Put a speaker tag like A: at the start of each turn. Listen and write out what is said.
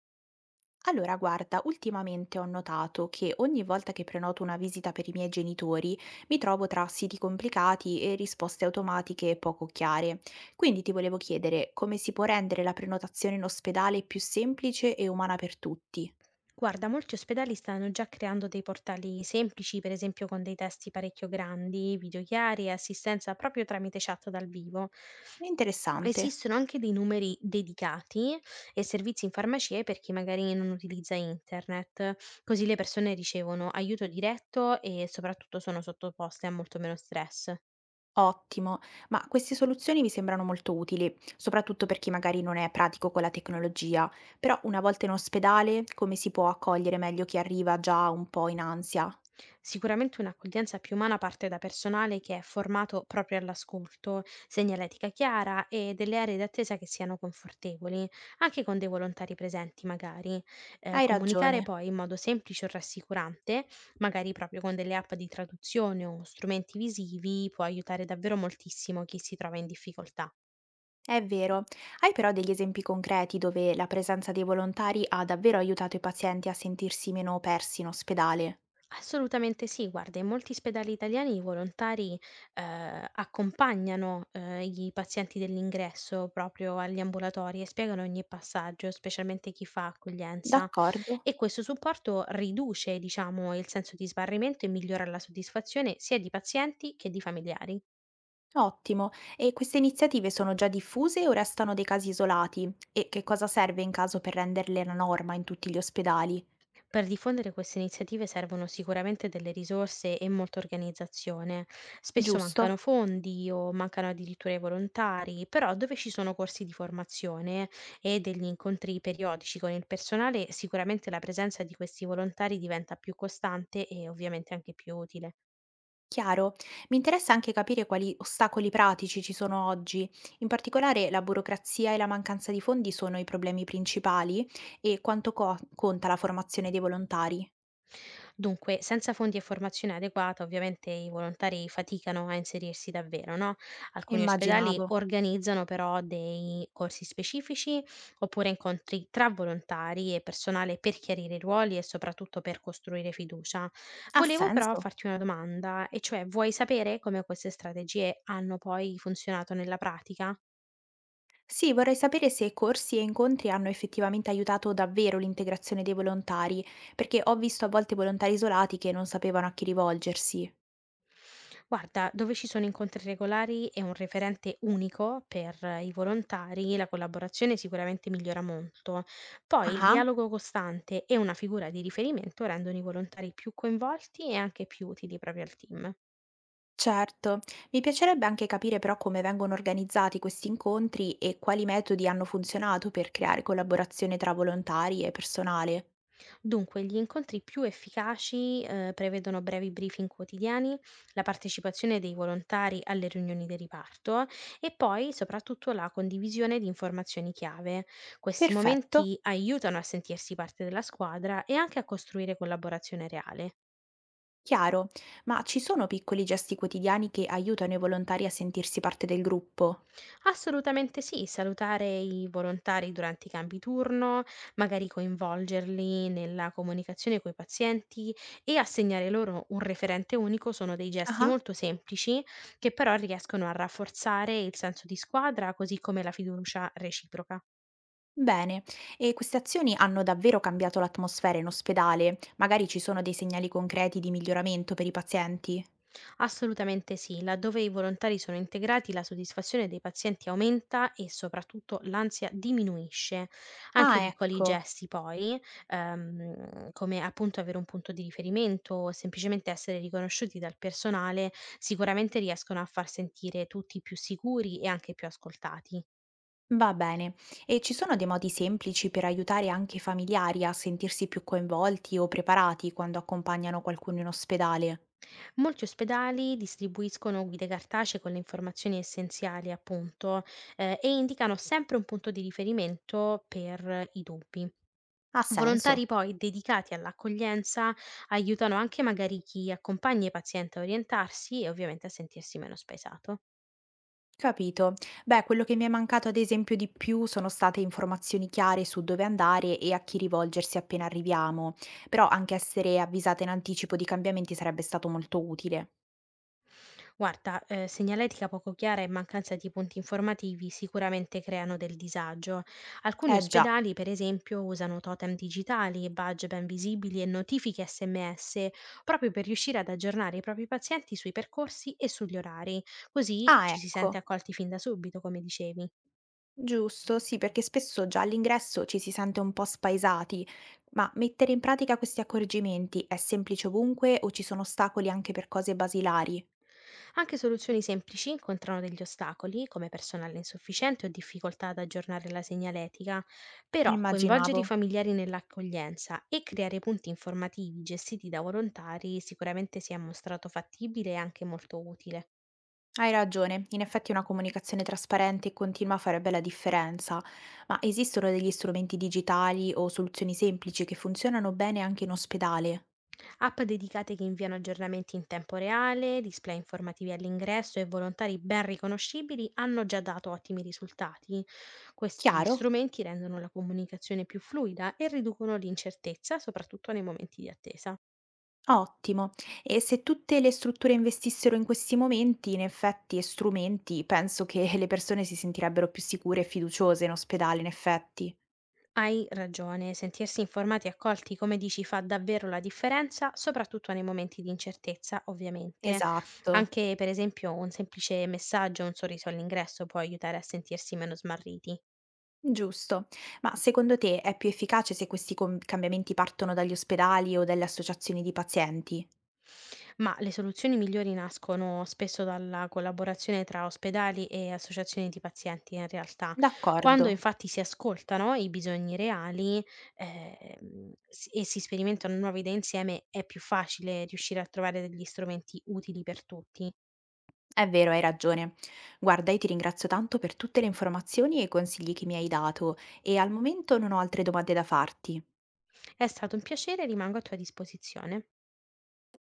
A: Allora, guarda, ultimamente ho notato che ogni volta che prenoto una visita per i miei genitori mi trovo tra siti complicati e risposte automatiche poco chiare. Quindi ti volevo chiedere come si può rendere la prenotazione in ospedale più semplice e umana per tutti.
B: Guarda, molti ospedali stanno già creando dei portali semplici, per esempio con dei testi parecchio grandi, video chiari e assistenza proprio tramite chat dal vivo.
A: È interessante.
B: Esistono anche dei numeri dedicati e servizi in farmacie per chi magari non utilizza internet, così le persone ricevono aiuto diretto e soprattutto sono sottoposte a molto meno stress.
A: Ottimo, ma queste soluzioni mi sembrano molto utili, soprattutto per chi magari non è pratico con la tecnologia. Però una volta in ospedale, come si può accogliere meglio chi arriva già un po' in ansia?
B: Sicuramente un'accoglienza più umana parte da personale che è formato proprio all'ascolto, segnaletica chiara e delle aree d'attesa che siano confortevoli, anche con dei volontari presenti magari.
A: Hai ragione.
B: Comunicare poi in modo semplice o rassicurante, magari proprio con delle app di traduzione o strumenti visivi, può aiutare davvero moltissimo chi si trova in difficoltà.
A: È vero. Hai però degli esempi concreti dove la presenza dei volontari ha davvero aiutato i pazienti a sentirsi meno persi in ospedale?
B: Assolutamente sì, guarda, in molti ospedali italiani i volontari accompagnano i pazienti dell'ingresso proprio agli ambulatori e spiegano ogni passaggio, specialmente chi fa accoglienza.
A: D'accordo.
B: E questo supporto riduce, diciamo, il senso di sbarrimento e migliora la soddisfazione sia di pazienti che di familiari.
A: Ottimo. E queste iniziative sono già diffuse o restano dei casi isolati? E che cosa serve in caso per renderle la norma in tutti gli ospedali?
B: Per diffondere queste iniziative servono sicuramente delle risorse e molta organizzazione. Spesso
A: Giusto.
B: mancano fondi o mancano addirittura i volontari, però dove ci sono corsi di formazione e degli incontri periodici con il personale, sicuramente la presenza di questi volontari diventa più costante e ovviamente anche più utile.
A: Chiaro. Mi interessa anche capire quali ostacoli pratici ci sono oggi. In particolare la burocrazia e la mancanza di fondi sono i problemi principali e quanto conta la formazione dei volontari.
B: Dunque, senza fondi e formazione adeguata, ovviamente i volontari faticano a inserirsi davvero, no? Alcuni ospedali
A: Immaginavo.
B: organizzano però dei corsi specifici oppure incontri tra volontari e personale per chiarire i ruoli e soprattutto per costruire fiducia.
A: Ha
B: Volevo però
A: senso.
B: farti una domanda, e cioè vuoi sapere come queste strategie hanno poi funzionato nella pratica?
A: Sì, vorrei sapere se corsi e incontri hanno effettivamente aiutato davvero l'integrazione dei volontari, perché ho visto a volte volontari isolati che non sapevano a chi rivolgersi.
B: Guarda, dove ci sono incontri regolari e un referente unico per i volontari, la collaborazione sicuramente migliora molto. Poi il
A: Ah,
B: dialogo costante e una figura di riferimento rendono i volontari più coinvolti e anche più utili proprio al team.
A: certo. Mi piacerebbe anche capire però come vengono organizzati questi incontri e quali metodi hanno funzionato per creare collaborazione tra volontari e personale.
B: Dunque, gli incontri più efficaci, prevedono brevi briefing quotidiani, la partecipazione dei volontari alle riunioni del riparto e poi soprattutto la condivisione di informazioni chiave. Questi
A: Perfetto,
B: momenti aiutano a sentirsi parte della squadra e anche a costruire collaborazione reale.
A: chiaro. Ma ci sono piccoli gesti quotidiani che aiutano i volontari a sentirsi parte del gruppo?
B: Assolutamente sì, salutare i volontari durante i cambi turno, magari coinvolgerli nella comunicazione coi pazienti e assegnare loro un referente unico sono dei gesti
A: Ah.
B: molto semplici che però riescono a rafforzare il senso di squadra, così come la fiducia reciproca.
A: Bene, e queste azioni hanno davvero cambiato l'atmosfera in ospedale? Magari ci sono dei segnali concreti di miglioramento per i pazienti?
B: Assolutamente sì, laddove i volontari sono integrati la soddisfazione dei pazienti aumenta e soprattutto l'ansia diminuisce. Anche
A: Ah,
B: piccoli
A: ecco,
B: gesti poi, come appunto avere un punto di riferimento o semplicemente essere riconosciuti dal personale, sicuramente riescono a far sentire tutti più sicuri e anche più ascoltati.
A: va bene. E ci sono dei modi semplici per aiutare anche i familiari a sentirsi più coinvolti o preparati quando accompagnano qualcuno in ospedale?
B: Molti ospedali distribuiscono guide cartacee con le informazioni essenziali appunto e indicano sempre un punto di riferimento per i dubbi.
A: Ha senso?
B: Volontari poi dedicati all'accoglienza aiutano anche magari chi accompagna i pazienti a orientarsi e ovviamente a sentirsi meno spesato.
A: Capito. Beh, quello che mi è mancato ad esempio di più sono state informazioni chiare su dove andare e a chi rivolgersi appena arriviamo, però anche essere avvisata in anticipo di cambiamenti sarebbe stato molto utile.
B: Guarda, segnaletica poco chiara e mancanza di punti informativi sicuramente creano del disagio. Alcuni
A: Eh già.
B: ospedali, per esempio, usano totem digitali, badge ben visibili e notifiche SMS proprio per riuscire ad aggiornare i propri pazienti sui percorsi e sugli orari, così
A: Ah,
B: ci si sente
A: ecco.
B: accolti fin da subito, come dicevi.
A: Giusto, sì, perché spesso già all'ingresso ci si sente un po' spaesati, ma mettere in pratica questi accorgimenti è semplice ovunque o ci sono ostacoli anche per cose basilari?
B: Anche soluzioni semplici incontrano degli ostacoli, come personale insufficiente o difficoltà ad aggiornare la segnaletica, però coinvolgere i
A: Immaginavo.
B: familiari nell'accoglienza e creare punti informativi gestiti da volontari sicuramente si è mostrato fattibile e anche molto utile.
A: Hai ragione, in effetti una comunicazione trasparente e continua farebbe la differenza, ma esistono degli strumenti digitali o soluzioni semplici che funzionano bene anche in ospedale?
B: App dedicate che inviano aggiornamenti in tempo reale, display informativi all'ingresso e volontari ben riconoscibili hanno già dato ottimi risultati. Questi
A: Chiaro?
B: strumenti rendono la comunicazione più fluida e riducono l'incertezza, soprattutto nei momenti di attesa.
A: Ottimo. E se tutte le strutture investissero in questi momenti, in effetti, e strumenti, penso che le persone si sentirebbero più sicure e fiduciose in ospedale, in effetti.
B: Hai ragione, sentirsi informati e accolti, come dici, fa davvero la differenza, soprattutto nei momenti di incertezza, ovviamente.
A: Esatto.
B: Anche, per esempio, un semplice messaggio o un sorriso all'ingresso può aiutare a sentirsi meno smarriti.
A: Giusto. Ma secondo te è più efficace se questi cambiamenti partono dagli ospedali o dalle associazioni di pazienti?
B: Ma le soluzioni migliori nascono spesso dalla collaborazione tra ospedali e associazioni di pazienti, in realtà.
A: D'accordo.
B: Quando infatti si ascoltano i bisogni reali e si sperimentano nuove idee insieme, è più facile riuscire a trovare degli strumenti utili per tutti.
A: È vero, hai ragione. Guarda, io ti ringrazio tanto per tutte le informazioni e i consigli che mi hai dato e al momento non ho altre domande da farti.
B: È stato un piacere, rimango a tua disposizione.